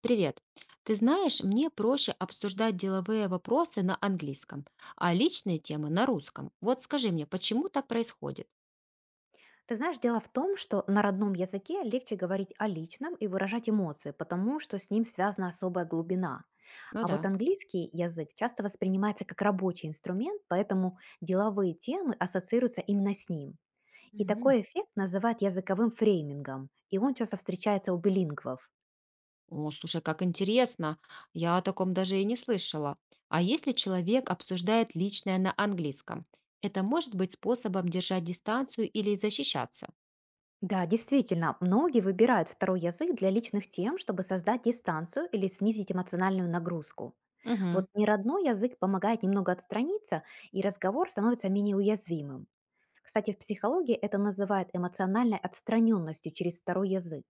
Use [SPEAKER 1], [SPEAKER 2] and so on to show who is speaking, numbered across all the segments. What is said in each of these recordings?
[SPEAKER 1] Привет. Ты знаешь, мне проще обсуждать деловые вопросы на английском, а личные темы на русском. Вот скажи мне, почему так происходит?
[SPEAKER 2] Ты знаешь, дело в том, что на родном языке легче говорить о личном и выражать эмоции, потому что с ним связана особая глубина.
[SPEAKER 1] Ну
[SPEAKER 2] А вот
[SPEAKER 1] да.
[SPEAKER 2] английский язык часто воспринимается как рабочий инструмент, поэтому деловые темы ассоциируются именно с ним. И
[SPEAKER 1] Мгм.
[SPEAKER 2] такой эффект называют языковым фреймингом, и он часто встречается у билингвов.
[SPEAKER 1] О, слушай, как интересно. Я о таком даже и не слышала. А если человек обсуждает личное на английском, это может быть способом держать дистанцию или защищаться?
[SPEAKER 2] Да, действительно, многие выбирают второй язык для личных тем, чтобы создать дистанцию или снизить эмоциональную нагрузку. Вот
[SPEAKER 1] Мгм.
[SPEAKER 2] неродной язык помогает немного отстраниться, и разговор становится менее уязвимым. Кстати, в психологии это называют эмоциональной отстраненностью через второй язык.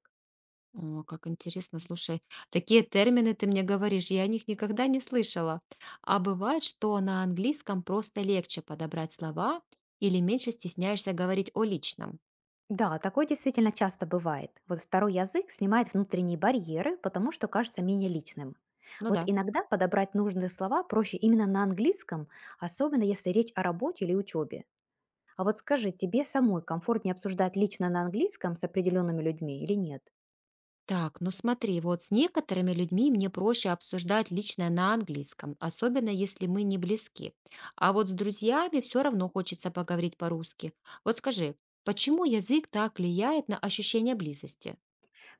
[SPEAKER 1] О, как интересно, слушай, такие термины ты мне говоришь, я о них никогда не слышала. А бывает, что на английском просто легче подобрать слова или меньше стесняешься говорить о личном.
[SPEAKER 2] Да, такое действительно часто бывает. Вот второй язык снимает внутренние барьеры, потому что кажется менее личным.
[SPEAKER 1] Ну
[SPEAKER 2] Вот
[SPEAKER 1] да.
[SPEAKER 2] иногда подобрать нужные слова проще именно на английском, особенно если речь о работе или учебе. А вот скажи, тебе самой комфортнее обсуждать лично на английском с определенными людьми или нет?
[SPEAKER 1] Так, ну смотри, вот с некоторыми людьми мне проще обсуждать личное на английском, особенно если мы не близки. А вот с друзьями все равно хочется поговорить по-русски. Вот скажи, почему язык так влияет на ощущение близости?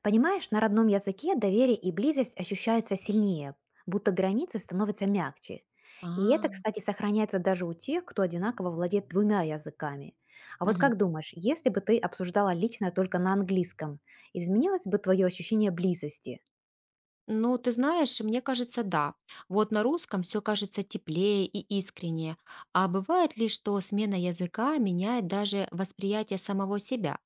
[SPEAKER 2] Понимаешь, на родном языке доверие и близость ощущаются сильнее, будто границы становятся мягче. И это,
[SPEAKER 1] А,
[SPEAKER 2] кстати, сохраняется даже у тех, кто одинаково владеет двумя языками. А вот
[SPEAKER 1] мгм.
[SPEAKER 2] как думаешь, если бы ты обсуждала лично только на английском, изменилось бы твое ощущение близости?
[SPEAKER 1] Ну, ты знаешь, мне кажется, да. Вот на русском все кажется теплее и искреннее. А бывает ли, что смена языка меняет даже восприятие самого себя?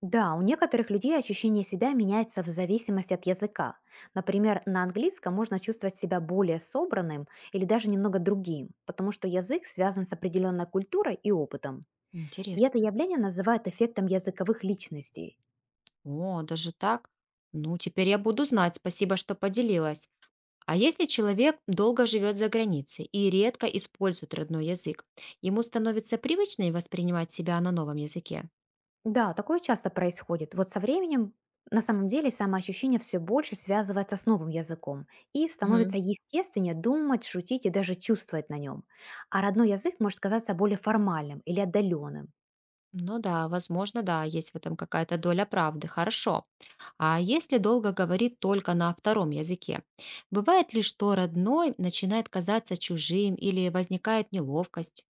[SPEAKER 2] Да, у некоторых людей ощущение себя меняется в зависимости от языка. Например, на английском можно чувствовать себя более собранным или даже немного другим, потому что язык связан с определенной культурой и опытом. И это
[SPEAKER 1] Интересно.
[SPEAKER 2] явление называют эффектом языковых личностей.
[SPEAKER 1] О, даже так? Ну, теперь я буду знать. Спасибо, что поделилась. А если человек долго живет за границей и редко использует родной язык, ему становится привычнее воспринимать себя на новом языке?
[SPEAKER 2] Да, такое часто происходит. Вот со временем на самом деле самоощущение все больше связывается с новым языком и становится естественнее думать, шутить и даже чувствовать на нем. А родной язык может казаться более формальным или отдаленным.
[SPEAKER 1] Ну да, возможно, да, есть в этом какая-то доля правды. Хорошо. А если долго говорит только на втором языке? Бывает ли, что родной начинает казаться чужим или возникает неловкость?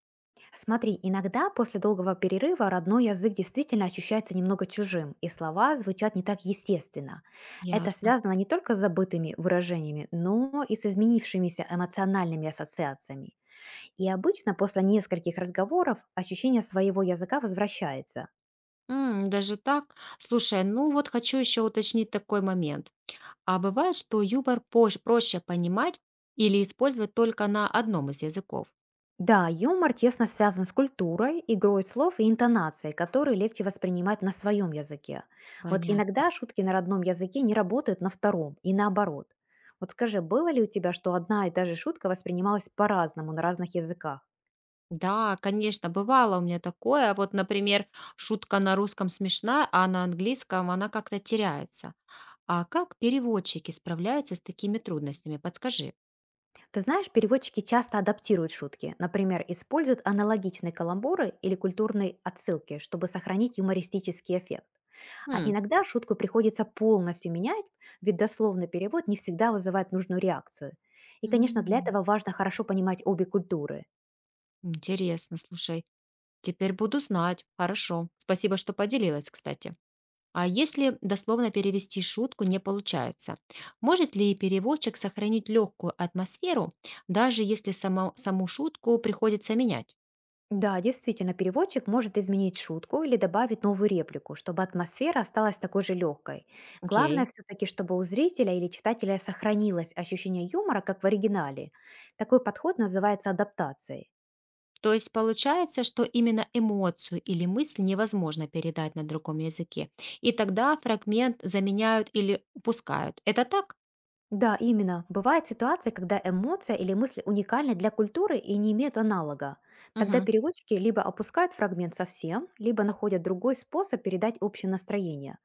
[SPEAKER 2] Смотри, иногда после долгого перерыва родной язык действительно ощущается немного чужим, и слова звучат не так естественно. Это
[SPEAKER 1] Ясно.
[SPEAKER 2] связано не только с забытыми выражениями, но и с изменившимися эмоциональными ассоциациями. И обычно после нескольких разговоров ощущение своего языка возвращается.
[SPEAKER 1] М, даже так? Слушай, ну вот хочу еще уточнить такой момент. А бывает, что юмор проще понимать или использовать только на одном из языков?
[SPEAKER 2] Да, юмор тесно связан с культурой, игрой слов и интонацией, которые легче воспринимать на своем языке. Вот
[SPEAKER 1] Понятно.
[SPEAKER 2] иногда шутки на родном языке не работают на втором и наоборот. Вот скажи, было ли у тебя, что одна и та же шутка воспринималась по-разному на разных языках?
[SPEAKER 1] Да, конечно, бывало у меня такое. Вот, например, шутка на русском смешная, а на английском она как-то теряется. А как переводчики справляются с такими трудностями? Подскажи.
[SPEAKER 2] Ты знаешь, переводчики часто адаптируют шутки, например, используют аналогичные каламбуры или культурные отсылки, чтобы сохранить юмористический эффект. А
[SPEAKER 1] Хм.
[SPEAKER 2] иногда шутку приходится полностью менять, ведь дословный перевод не всегда вызывает нужную реакцию. И, конечно, для
[SPEAKER 1] М,
[SPEAKER 2] этого важно хорошо понимать обе культуры.
[SPEAKER 1] интересно, слушай. Теперь буду знать. Хорошо. Спасибо, что поделилась, кстати. А если дословно перевести шутку не получается, может ли переводчик сохранить легкую атмосферу, даже если саму шутку приходится менять?
[SPEAKER 2] Да, действительно, переводчик может изменить шутку или добавить новую реплику, чтобы атмосфера осталась такой же легкой. Главное
[SPEAKER 1] Окей.
[SPEAKER 2] все-таки, чтобы у зрителя или читателя сохранилось ощущение юмора, как в оригинале. Такой подход называется адаптацией.
[SPEAKER 1] То есть получается, что именно эмоцию или мысль невозможно передать на другом языке. И тогда фрагмент заменяют или упускают. Это так?
[SPEAKER 2] Да, именно. Бывают ситуации, когда эмоция или мысль уникальны для культуры и не имеют аналога. Тогда
[SPEAKER 1] Мгм.
[SPEAKER 2] переводчики либо опускают фрагмент совсем, либо находят другой способ передать общее настроение.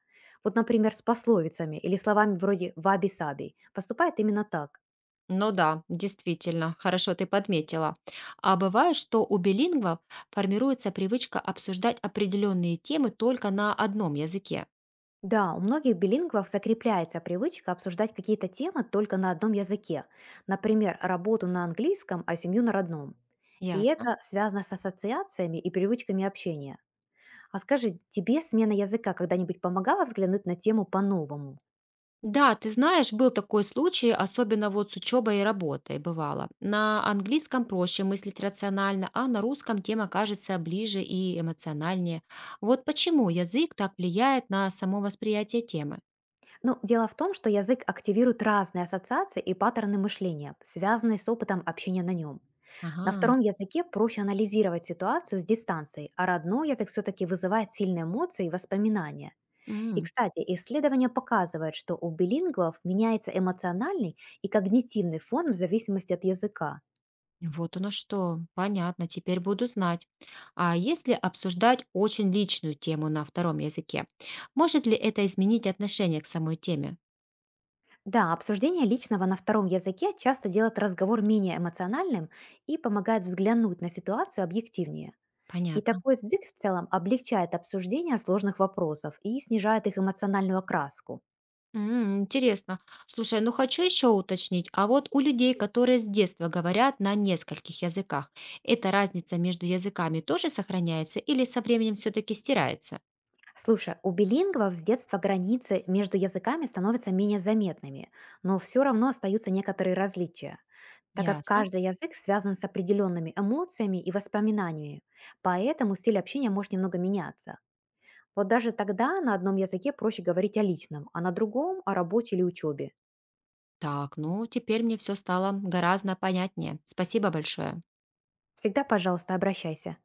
[SPEAKER 2] Вот, например, с пословицами или словами вроде «ваби-саби» поступает именно так.
[SPEAKER 1] Ну да, действительно, хорошо ты подметила. А бывает, что у билингвов формируется привычка обсуждать определенные темы только на одном языке.
[SPEAKER 2] Да, у многих билингвов закрепляется привычка обсуждать какие-то темы только на одном языке. Например, работу на английском, а семью на родном. И
[SPEAKER 1] Ясно.
[SPEAKER 2] это связано с ассоциациями и привычками общения. А скажи, тебе смена языка когда-нибудь помогала взглянуть на тему по-новому?
[SPEAKER 1] Да, ты знаешь, был такой случай, особенно вот с учебой и работой, бывало. На английском проще мыслить рационально, а на русском тема кажется ближе и эмоциональнее. Вот почему язык так влияет на само восприятие темы.
[SPEAKER 2] Ну, дело в том, что язык активирует разные ассоциации и паттерны мышления, связанные с опытом общения на нем. На
[SPEAKER 1] Ага,
[SPEAKER 2] втором языке проще анализировать ситуацию с дистанцией, а родной язык все-таки вызывает сильные эмоции и воспоминания. И,
[SPEAKER 1] м,
[SPEAKER 2] кстати, исследования показывают, что у билингвов меняется эмоциональный и когнитивный фон в зависимости от языка.
[SPEAKER 1] вот оно что, понятно, теперь буду знать. А если обсуждать очень личную тему на втором языке, может ли это изменить отношение к самой теме?
[SPEAKER 2] Да, обсуждение личного на втором языке часто делает разговор менее эмоциональным и помогает взглянуть на ситуацию объективнее. И
[SPEAKER 1] Понятно.
[SPEAKER 2] такой сдвиг в целом облегчает обсуждение сложных вопросов и снижает их эмоциональную окраску.
[SPEAKER 1] М, интересно. Слушай, ну хочу еще уточнить. А вот у людей, которые с детства говорят на нескольких языках, эта разница между языками тоже сохраняется или со временем все-таки стирается?
[SPEAKER 2] Слушай, у билингвов с детства границы между языками становятся менее заметными, но все равно остаются некоторые различия, так как
[SPEAKER 1] Ясно.
[SPEAKER 2] каждый язык связан с определенными эмоциями и воспоминаниями, поэтому стиль общения может немного меняться. Вот даже тогда на одном языке проще говорить о личном, а на другом– о работе или учебе.
[SPEAKER 1] Так, ну теперь мне все стало гораздо понятнее. Спасибо большое.
[SPEAKER 2] Всегда, пожалуйста, обращайся.